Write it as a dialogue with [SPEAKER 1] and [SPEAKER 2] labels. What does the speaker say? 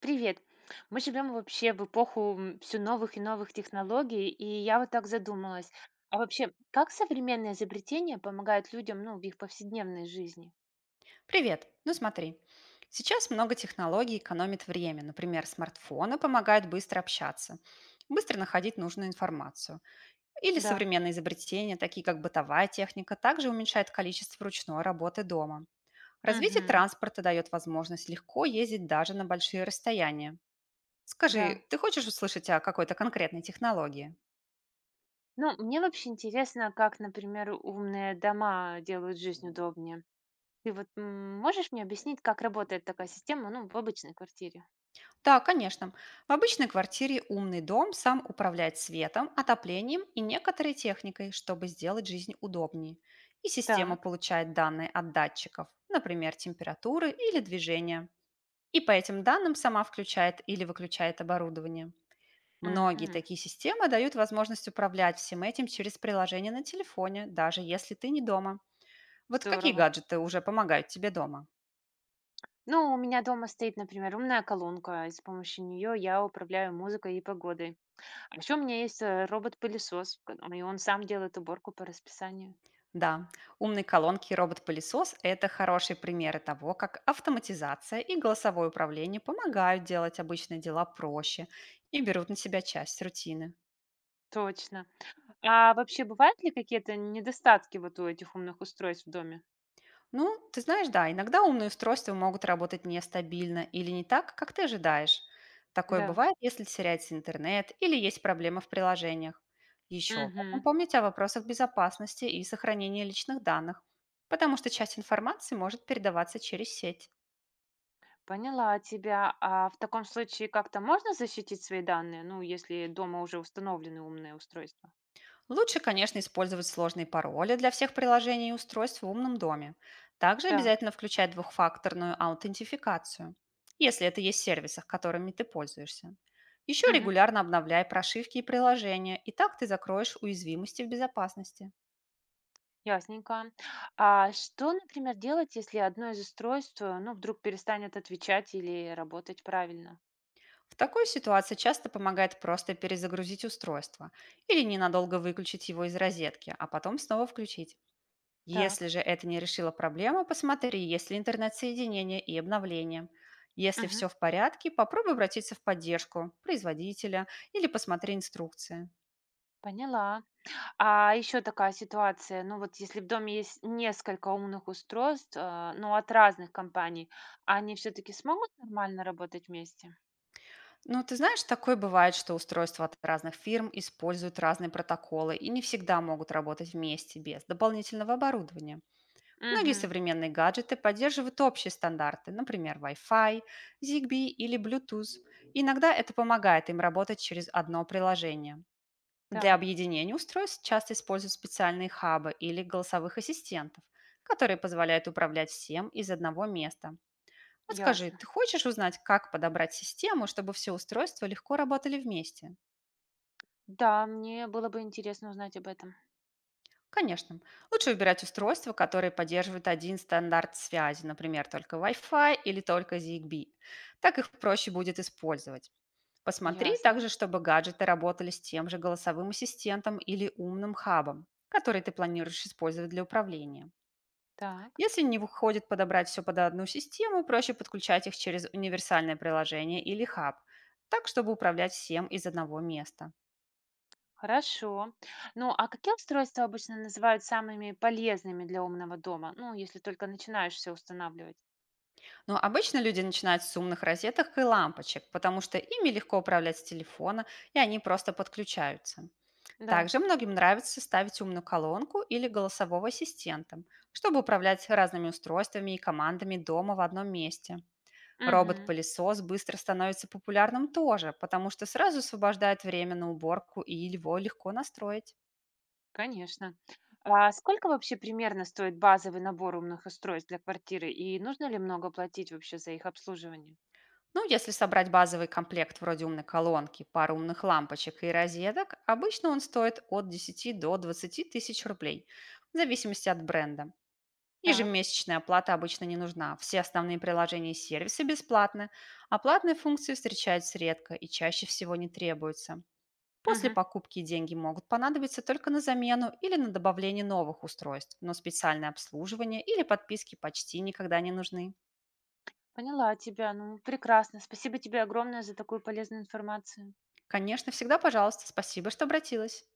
[SPEAKER 1] Привет. Мы живем вообще в эпоху все новых и новых технологий, и я вот так задумалась. А вообще, как современные изобретения помогают людям, ну, в их повседневной жизни?
[SPEAKER 2] Привет! Ну смотри, сейчас много технологий экономит время. Например, смартфоны помогают быстро общаться, быстро находить нужную информацию. Или
[SPEAKER 1] Да.
[SPEAKER 2] современные изобретения, такие как бытовая техника, также уменьшают количество ручной работы дома. Развитие
[SPEAKER 1] Мгм.
[SPEAKER 2] транспорта дает возможность легко ездить даже на большие расстояния.
[SPEAKER 1] Да.
[SPEAKER 2] Скажи, ты хочешь услышать о какой-то конкретной технологии?
[SPEAKER 1] Ну, мне вообще интересно, как, например, умные дома делают жизнь удобнее. Ты вот можешь мне объяснить, как работает такая система, ну, в обычной квартире?
[SPEAKER 2] Да, конечно. В обычной квартире умный дом сам управляет светом, отоплением и некоторой техникой, чтобы сделать жизнь удобнее. И система
[SPEAKER 1] Так.
[SPEAKER 2] получает данные от датчиков, например, температуры или движения. И по этим данным сама включает или выключает оборудование. Многие
[SPEAKER 1] Мгм.
[SPEAKER 2] такие системы дают возможность управлять всем этим через приложение на телефоне, даже если ты не дома. Вот какие
[SPEAKER 1] Здорово.
[SPEAKER 2] гаджеты уже помогают тебе дома?
[SPEAKER 1] Ну, у меня дома стоит, например, умная колонка, и с помощью нее я управляю музыкой и погодой. А еще у меня есть робот-пылесос, и он сам делает уборку по расписанию.
[SPEAKER 2] Да, умные колонки и робот-пылесос — это хорошие примеры того, как автоматизация и голосовое управление помогают делать обычные дела проще и берут на себя часть рутины.
[SPEAKER 1] Точно. А вообще бывают ли какие-то недостатки вот у этих умных устройств в доме?
[SPEAKER 2] Ну, ты знаешь, да, иногда умные устройства могут работать нестабильно или не так, как ты ожидаешь. Такое
[SPEAKER 1] Да.
[SPEAKER 2] бывает, если теряется интернет или есть проблемы в приложениях. Еще важно
[SPEAKER 1] Мгм.
[SPEAKER 2] помнить о вопросах безопасности и сохранения личных данных, потому что часть информации может передаваться через сеть.
[SPEAKER 1] Поняла тебя. А в таком случае как-то можно защитить свои данные, ну, если дома уже установлены умные устройства?
[SPEAKER 2] Лучше, конечно, использовать сложные пароли для всех приложений и устройств в умном доме. Также
[SPEAKER 1] Так.
[SPEAKER 2] обязательно включать двухфакторную аутентификацию, если это есть в сервисах, которыми ты пользуешься. Еще
[SPEAKER 1] Мгм.
[SPEAKER 2] регулярно обновляй прошивки и приложения, и так ты закроешь уязвимости в безопасности.
[SPEAKER 1] Ясненько. А что, например, делать, если одно из устройств, ну, вдруг перестанет отвечать или работать правильно?
[SPEAKER 2] В такой ситуации часто помогает просто перезагрузить устройство или ненадолго выключить его из розетки, а потом снова включить.
[SPEAKER 1] Так.
[SPEAKER 2] Если же это не решило проблему, посмотри, есть ли интернет-соединение и обновления. Если
[SPEAKER 1] Мгм.
[SPEAKER 2] все в порядке, попробуй обратиться в поддержку производителя или посмотри инструкции.
[SPEAKER 1] Поняла. А еще такая ситуация, ну вот если в доме есть несколько умных устройств, а, ну от разных компаний, они все-таки смогут нормально работать вместе?
[SPEAKER 2] Ну, ты знаешь, такое бывает, что устройства от разных фирм используют разные протоколы и не всегда могут работать вместе без дополнительного оборудования. Многие
[SPEAKER 1] Угу,
[SPEAKER 2] современные гаджеты поддерживают общие стандарты, например, Wi-Fi, ZigBee или Bluetooth. И иногда это помогает им работать через одно приложение. Для
[SPEAKER 1] так,
[SPEAKER 2] объединения устройств часто используют специальные хабы или голосовых ассистентов, которые позволяют управлять всем из одного места. Вот скажи,
[SPEAKER 1] ясно.
[SPEAKER 2] ты хочешь узнать, как подобрать систему, чтобы все устройства легко работали вместе?
[SPEAKER 1] Да, мне было бы интересно узнать об этом.
[SPEAKER 2] Конечно. Лучше выбирать устройства, которые поддерживают один стандарт связи, например, только Wi-Fi или только ZigBee. Так их проще будет использовать. Посмотри
[SPEAKER 1] Ясно,
[SPEAKER 2] также, чтобы гаджеты работали с тем же голосовым ассистентом или умным хабом, который ты планируешь использовать для управления.
[SPEAKER 1] так,
[SPEAKER 2] Если не выходит подобрать все под одну систему, проще подключать их через универсальное приложение или хаб, так, чтобы управлять всем из одного места.
[SPEAKER 1] хорошо. Ну а какие устройства обычно называют самыми полезными для умного дома? Ну, если только начинаешь все устанавливать.
[SPEAKER 2] Но обычно люди начинают с умных розеток и лампочек, потому что ими легко управлять с телефона, и они просто подключаются.
[SPEAKER 1] Да,
[SPEAKER 2] Также многим нравится ставить умную колонку или голосового ассистента, чтобы управлять разными устройствами и командами дома в одном месте.
[SPEAKER 1] угу.
[SPEAKER 2] Робот-пылесос быстро становится популярным тоже, потому что сразу освобождает время на уборку и его легко настроить.
[SPEAKER 1] Конечно. А сколько вообще примерно стоит базовый набор умных устройств для квартиры и нужно ли много платить вообще за их обслуживание?
[SPEAKER 2] Ну, если собрать базовый комплект вроде умной колонки, пару умных лампочек и розеток, обычно он стоит от 10 до 20 тысяч рублей, в зависимости от бренда.
[SPEAKER 1] Так,
[SPEAKER 2] Ежемесячная оплата обычно не нужна. Все основные приложения и сервисы бесплатны, а платные функции встречаются редко и чаще всего не требуются. После
[SPEAKER 1] мгм.
[SPEAKER 2] покупки деньги могут понадобиться только на замену или на добавление новых устройств, но специальное обслуживание или подписки почти никогда не нужны.
[SPEAKER 1] Поняла тебя. Ну, прекрасно. Спасибо тебе огромное за такую полезную информацию.
[SPEAKER 2] Конечно, всегда пожалуйста. Спасибо, что обратилась.